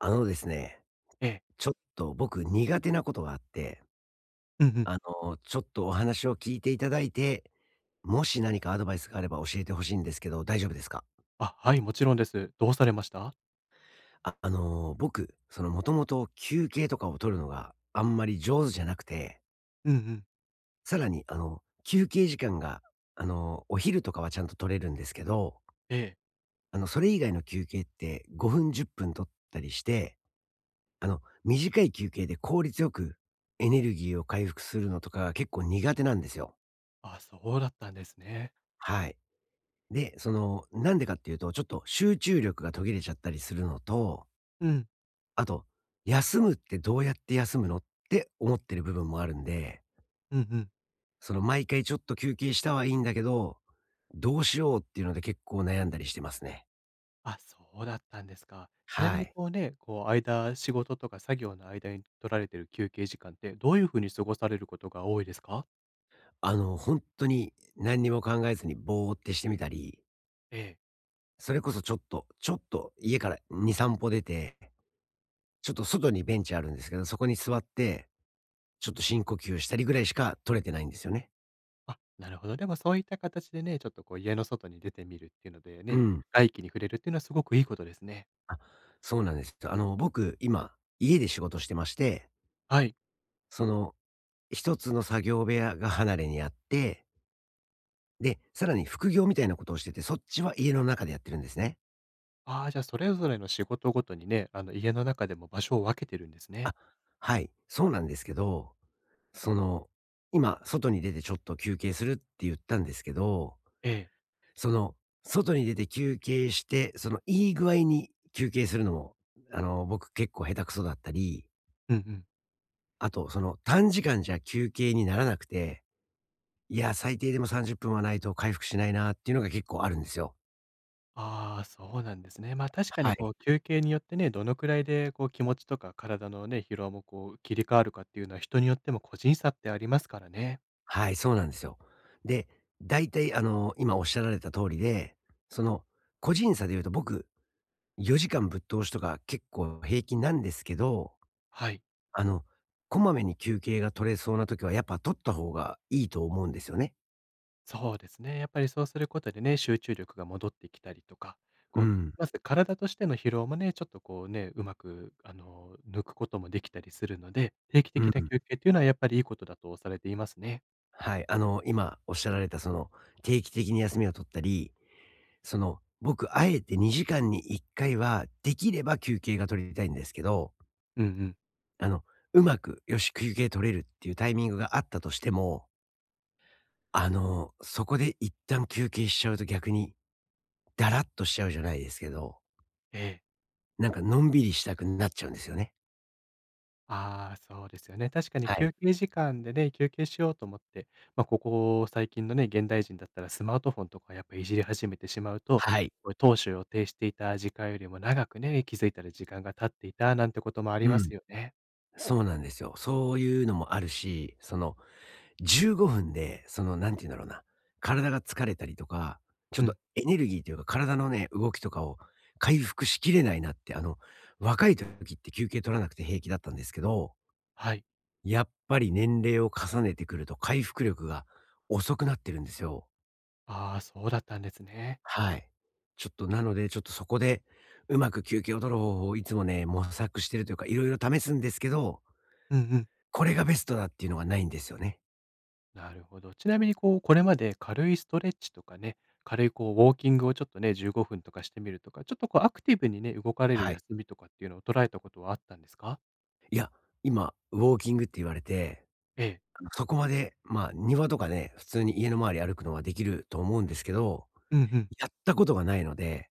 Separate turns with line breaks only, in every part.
あのですね、
ええ。
ちょっと僕苦手なことがあって、
うんうん。
あちょっとお話を聞いていただいて、もし何かアドバイスがあれば教えてほしいんですけど、大丈夫ですか？
あ、はい、もちろんです。どうされました？
ああの、僕、その、もともと休憩とかを取るのがあんまり上手じゃなくて、
うんうん。
さらに、休憩時間が、お昼とかはちゃんと取れるんですけど、
ええ。
それ以外の休憩って5分、10分取ったりして、短い休憩で効率よくエネルギーを回復するのとかが結構苦手なんですよ。
あ、そうだったんですね。
はい。で、その、なんでかっていうと、ちょっと集中力が途切れちゃったりするのと、
うん。
あと、休むってどうやって休むのって思ってる部分もあるんで、
うんうん。
その毎回ちょっと休憩したはいいんだけど、どうしようっていうので結構悩んだりしてますね。
あ、そうだったんですか。ちなみ
は
に
い。
こうね、こう間仕事とか作業の間に取られてる休憩時間ってどういう風に過ごされることが多いですか？
本当に何にも考えずにぼーってしてみたり、
ええ。
それこそちょっと家から2、3歩出て、ちょっと外にベンチあるんですけど、そこに座って、ちょっと深呼吸したりぐらいしか取れてないんですよね。
あ、なるほど。でもそういった形でね、ちょっとこう家の外に出てみるっていうので
う
ね、
ん。
外気に触れるっていうのはすごくいいことですね。
あ、そうなんです。僕、今、家で仕事してまして、
はい。
その、一つの作業部屋が離れにあって、で、さらに副業みたいなことをしてて、そっちは家の中でやってるんですね。
ああ、じゃあそれぞれの仕事ごとにね、あの家の中でも場所を分けてるんですね。
あ、はい、そうなんですけど、その、今、外に出てちょっと休憩するって言ったんですけど、
ええ。
その、外に出て休憩して、その、いい具合に休憩するのも、僕結構下手くそだったり、
うんうん。
あと、その、短時間じゃ休憩にならなくて、いや、最低でも30分はないと回復しないなっていうのが結構あるんですよ。
ああ、そうなんですね。まあ、確か
は
にこ
い。
う休憩によってね、どのくらいでこう気持ちとか体のね、疲労もこう切り替わるかっていうのは人によっても個人差ってありますからね。
はい、そうなんですよ。で、大体あの、今おっしゃられた通りで、その、個人差で言うと僕、4時間ぶっ通しとか結構平均なんですけど、
はい。
あの、こまめに休憩が取れそうな時はやっぱ取った方がいいと思うんですよね。
そうですね。やっぱりそうすることでね、集中力が戻ってきたりとか、
う
こう、
ん。
まず体としての疲労もね、ちょっとこうね、うまく、抜くこともできたりするので、定期
う
的な
ん。
休憩っていうのはやっぱりいいことだとされていますね。
はい。あの、今おっしゃられたその、定期的に休みを取ったり、その、僕、あえて2時間に1回は、できれば休憩が取りたいんですけど、
うんうん。
あの、うまく、よし、休憩取れるっていうタイミングがあったとしても、そこで一旦休憩しちゃうと逆に、だらっとしちゃうじゃないですけど、
ええ
なんかのんびりしたくなっちゃうんですよね。
ああ、そうですよね。確かに
はい。
休憩時間でね、休憩しようと思って、まあ、ここ最近のね、現代人だったらスマートフォンとかやっぱいじり始めてしまうと、
はい。
これ当初予定していた時間よりも長くね、気づいたら時間が経っていたなんてこともあり
う
ま
ん。
すよね。
そうなんですよ。そういうのもあるし、その、15分で、その、なんて言うんだろうな、体が疲れたりとか、ちょっ
う
と
ん、
エネルギーというか、体のね、動きとかを回復しきれないなって、若い時って休憩取らなくて平気だったんですけど、
はい。
やっぱり年齢を重ねてくると回復力が遅くなってるんですよ。
ああ、そうだったんですね。
はい。ちょっとなので、ちょっとそこで、うまく休憩を取る方法をいつもね、模索してるというか、いろいろ試すんですけど、
うんうん。
これがベストだっていうのがないんですよね。
なるほど。ちなみにこう、これまで軽いストレッチとかね、軽いこうウォーキングをちょっとね、15分とかしてみるとか、ちょっとこうアクティブにね、動かれる
はい。
休みとかっていうのを捉らたことはあったんですか？
いや、今、ウォーキングって言われて、
ええ。
そこまで、まあ、庭とかね、普通に家の周り歩くのはできると思うんですけど、
うんうん。
やったことがないので、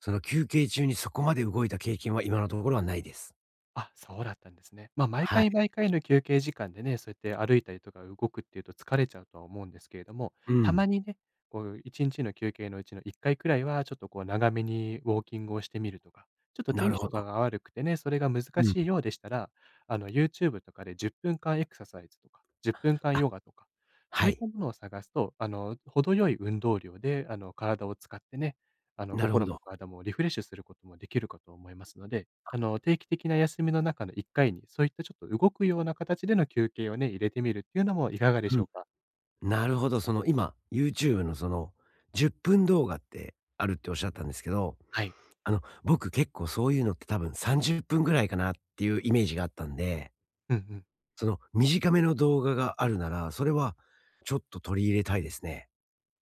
その休憩中にそこまで動いた経験は今のところはないです。
あ、そうだったんですね。まあ、毎
はい。
回毎回の休憩時間でね、そうやって歩いたりとか動くっていうと疲れちゃうとは思うんですけれども、
う
た
ん。
まにね、こう1日の休憩のうちの1回くらいはちょっとこう長めにウォーキングをしてみるとか、ちょっと
な
天
る
気
ほ
とか
ど。
が悪くてね、それが難
うん。
しいようでしたら、YouTube とかで10分間エクササイズとか、10分間ヨガとか、そ
は
ういっ
い。
たものを探すと、程よい運動量で体を使ってね、
なるほ
心
ど。
も体もリフレッシュすることもできるかと思いますので定期的な休みの中の1回に、そういったちょっと動くような形での休憩をね、入れてみるっていうのもいかがで
う
しょうか？
ん。なるほど。その今、YouTube のその10分動画ってあるっておっしゃったんですけど、
はい。
僕結構そういうのって多分30分ぐらいかなっていうイメージがあったんで、
うんうん。
その短めの動画があるなら、それはちょっと取り入れたいですね。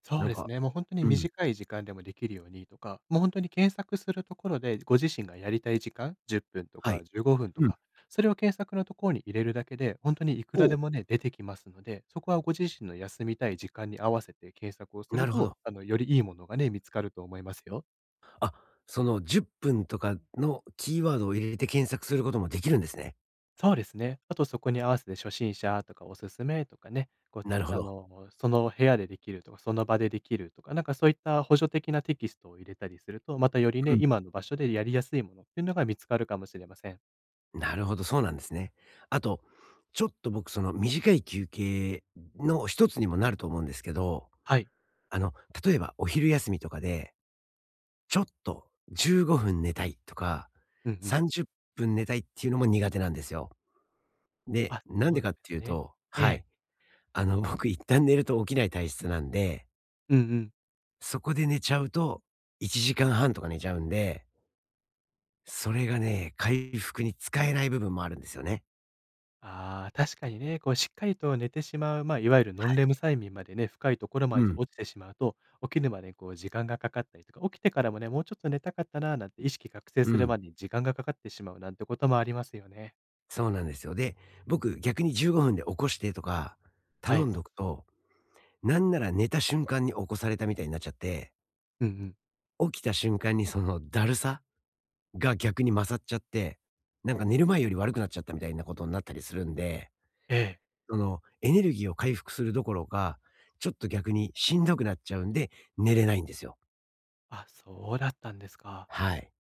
そ
な
う
ん
です
か
ね、もう本当に
うん、
短い時間でもできるようにとか、もう本当に検索するところで、ご自身がやりたい時間、10分と
はい。
か15分と
うん。
か、それを検索のところに入れるだけで、本当にいく
お
ら
う
でもね、出てきますので、そこはご自身の休みたい時間に合わせて検索をす
な
る
るほ
と、
ど。
よりいいものがね、見つかると思いますよ。
あ、その10分とかのキーワードを入れて検索することもできるんですね。
そうですね。あとそこに合わせて初心者とかおすすめとかね、こう、
なるほど。
その部屋でできるとか、その場でできるとか、なんかそういった補助的なテキストを入れたりすると、またより
う
ね、
ん。
今の場所でやりやすいものっていうのが見つかるかもしれません。
なるほど、そうなんですね。あと、ちょっと僕その短い休憩の一つにもなると思うんですけど、
はい。
あの、例えばお昼休みとかで、ちょっと15分寝たいとか、
うんうん。
30分寝たいっていうのも苦手なんですよ。で、
あ、そ
な
う
ん
な
で
んで
かって
す
いう
ね。
と
え
は
え。
い。僕一旦寝ると起きない体質なんで
うんうん。
そこで寝ちゃうと、1時間半とか寝ちゃうんで、それがね、回復に使えない部分もあるんですよね。
ああ、確かにね、こうしっかりと寝てしまう、まあ、いわゆるノンレム睡眠までね、深いところま
う
で
ん、
落ちてしまうと、起きるまでこう時間がかかったりとか、起きてからもね、もうちょっと寝たかったななんて意識覚醒
う
する
ん。
までに時間がかかってしまうなんてこともありますよね。
そうなんですよ。で、僕逆に15分で起こしてとか
は
頼
い。
んどくと、なんなら寝た瞬間に起こされたみたいになっちゃって、
うんうん。
起きた瞬間にそのだるさが逆に勝っちゃって、なんか寝る前より悪くなっちゃったみたいなことになったりするんで、
ええ。
そのエネルギーを回復するどころか、ちょっと逆にしんどくなっちゃうんで、寝れないんですよ。
あ、そうだったんですか。
はい。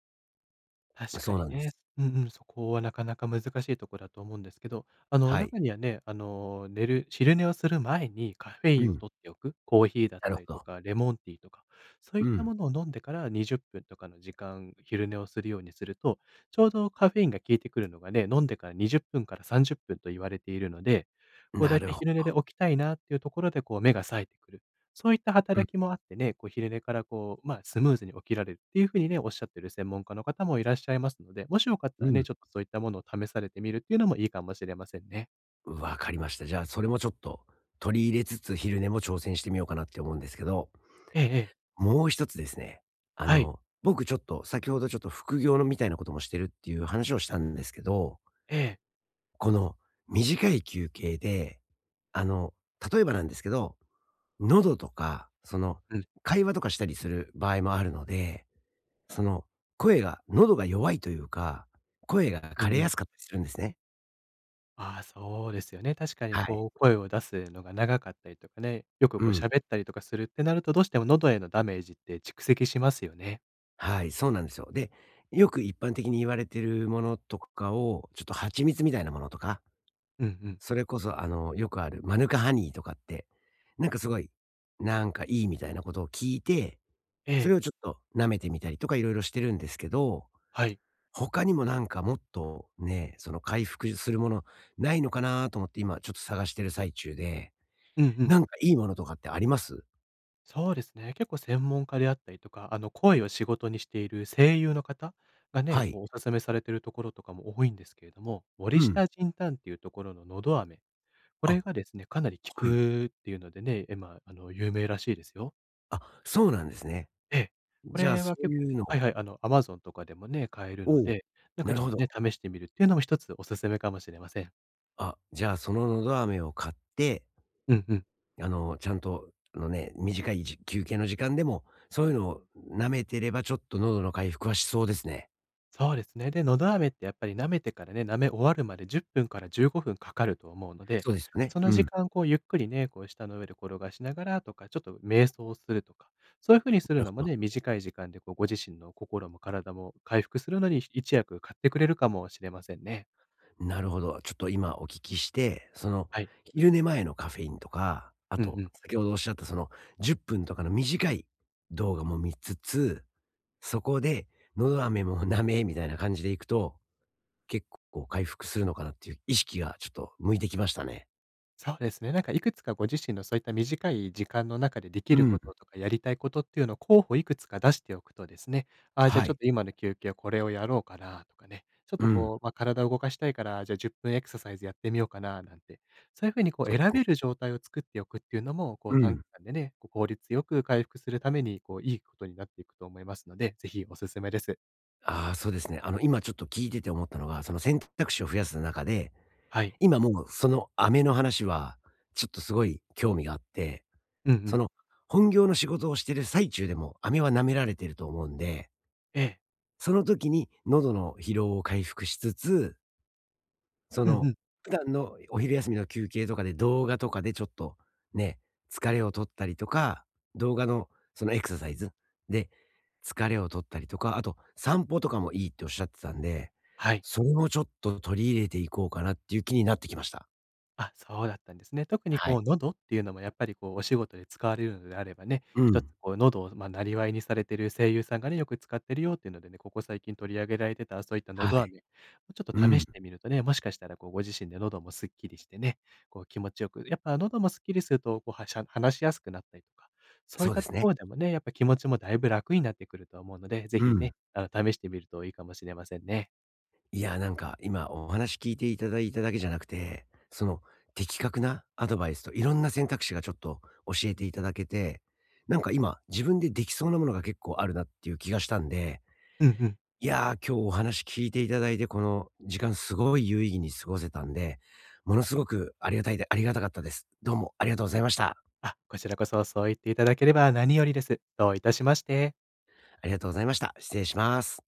確か
そうな
に
んで
ね。
す。
うんうん、そこはなかなか難しいところだと思うんですけど、
はい。
中にはね、寝る昼寝をする前にカフェイ
う
ンを
ん。
取っておく、コーヒーだっ
なる
た
ほ
りと
ど。
か、レモンティーとか、そういっ
う
た
ん。
ものを飲んでから20分とかの時間、昼寝をするようにすると、ちょうどカフェインが効いてくるのがね、飲んでから20分から30分と言われているので、こうだ
な
い
る
たい
ほ
昼
ど
寝で起きたいなっていうところで、こう目が冴えてくる。そういった働
う
きもあってね、こう昼寝からこう、まあ、スムーズに起きられるっていう風にね、おっしゃってる専門家の方もいらっしゃいますので、もしよかった
ん、う
らね、
ん。
ちょっとそういったものを試されてみるっていうのもいいかもしれませんね。
わかりました。じゃあ、それもちょっと取り入れつつ、昼寝も挑戦してみようかなって思うんですけど、
ええええ。
もう一つですね、
はい。
僕ちょっと、先ほどちょっと副業のみたいなこともしてるっていう話をしたんですけど、
ええ。
この短い休憩で、あの、例えばなんですけど、喉とか、その、
うん。
会話とかしたりする場合もあるので、その、声が喉が弱いというか、声が
う
枯
ん
れ
う
や
ん。
すかったりするんですね。
ああ、そうですよね。確かに
はい。
こう声を出すのが長かったりとかね、よく
う
こう
ん。
喋ったりとかするってなると、どうしても喉へのダメージって蓄積しますよね。
はい、そうなんですよ。で、よく一般的に言われてるものとかを、ちょっと蜂蜜みたいなものとか、
うんうん。
それこそあの、よくあるマヌカハニーとかって、なんかすごい、なんかいいみたいなことを聞いて、
え
それ
え。
をちょっと舐めてみたりとかいろいろしてるんですけど、
はい。
他にもなんかもっとね、その回復するものないのかなと思って今ちょっと探してる最中で。
うんうん。
なんかいいものとかってあります？
そうですね。結構専門家であったりとか、声を仕事にしている声優の方がね、
はい。
こうお勧めされてるところとかも多いんですけれども、
う
森
ん。
下仁丹っていうところののど飴、こ
あ、
れがですね、かなり効
はい。
くっていうのでね、今、まあの、有名らしいですよ。
あ、そうなんですね。
ええ。こ
じゃあ、
れ
そ
は
う
結
い
構
うの
はい
を
はい、Amazon とかでもね、買えるの
おお、
で、なん
な
か
る
ちょっ
ほ
と
ど。
ね、試してみるっていうのも一つお勧めかもしれません。
あ、じゃあ、そののど飴を買って、
うんうん。
あの、ちゃんと、あのね、短いじ休憩の時間でも、そういうのを舐めてれば、ちょっと喉の回復はしそうですね。
そうですね。で、のど飴ってやっぱり舐めてからね、舐め終わるまで10分から15分かかると思うので、
そうですよね。
そ
う
の
ん。
時
な
間こうゆっくりね、こう舌の上で転がしながらとか、ちょっと瞑想をするとか、そういう風にする
るほ
のも
ど。
ね、短い時間でこうご自身の心も体も回復するのに一役買ってくれるかもしれませんね。
なるほど。ちょっと今お聞きして、その、
はい。
昼寝前のカフェインとか、あ
うんう
と、
ん。
先ほどおっしゃった、その、10分とかの短い動画も見つつそこで、のど飴も舐めみたいな感じでいくと、結構回復するのかなっていう意識がちょっと向いてきましたね。
そうですね。なんかいくつかご自身のそういった短い時間の中ででき
う
る
ん。
こととかやりたいことっていうのを候補いくつか出しておくとですね、ああ、じゃあ
は
ちょ
い。
っと今の休憩はこれをやろうかなとかね、ちょっ
う
と
ん。
こう、まあ、体を動かしたいから、じゃあ10分エクササイズやってみようかななんて、そういうふうにこう
そうで
選
す
べる
ね。
状態を作っておくっていうのも、こう
う
短
ん。
期間でね、こう効率よく回復するために、こういいことになっていくと思いますので、ぜひおすすめです。
ああ、そうですね。今ちょっと聞いてて思ったのが、その選択肢を増やす中で、
はい。
今もうその飴の話は、ちょっとすごい興味があって、
うんう
そ
ん。
の本業の仕事をしてる最中でも飴は舐められてると思うんで、
ええ。
その時に喉の疲労を回復しつつ、そ
うん
の、
うん。
普段のお昼休みの休憩とかで動画とかでちょっとね、疲れを取ったりとか、動画のそのエクササイズで疲れを取ったりとか、あと散歩とかもいいっておっしゃってたんで、
はい。
それもちょっと取り入れていこうかなっていう気になってきました。
あ、そうだったんですね。特に
は
こ
い。
う喉っていうのもやっぱりこうお仕事で使われるのであればね、
う
一つ
ん。
こう喉をまあ、なりわいにされてる声優さんがね、よく使ってるよっていうのでね、ここ最近取り上げられてたそういった
は
喉
い。
飴、ちょっと
う
試
ん。
してみるとね、もしかしたらこうご自身で喉もすっきりしてね、こう気持ちよく、やっぱ喉もすっきりするとこうはしゃ話しやすくなったりとか、そうい
そ
っ
うで
た
す
と
ね。
ころでもね、やっぱ気持ちもだいぶ楽になってくると思うので、ぜ
う
ひ
ん。
ね、試してみるといいかもしれませんね。
いや、なんか今お話聞いていただいただけじゃなくて、その的確なアドバイスといろんな選択肢がちょっと教えていただけて、なんか今自分でできそうなものが結構あるなっていう気がしたんで、
うんうん。
いやー今日お話聞いていただいてこの時間すごい有意義に過ごせたんで、ものすごくありがたいで、ありがたかったです。どうもありがとうございました。
あ、こちらこそそう言っていただければ何よりです。どういたしまして。
ありがとうございました。失礼します。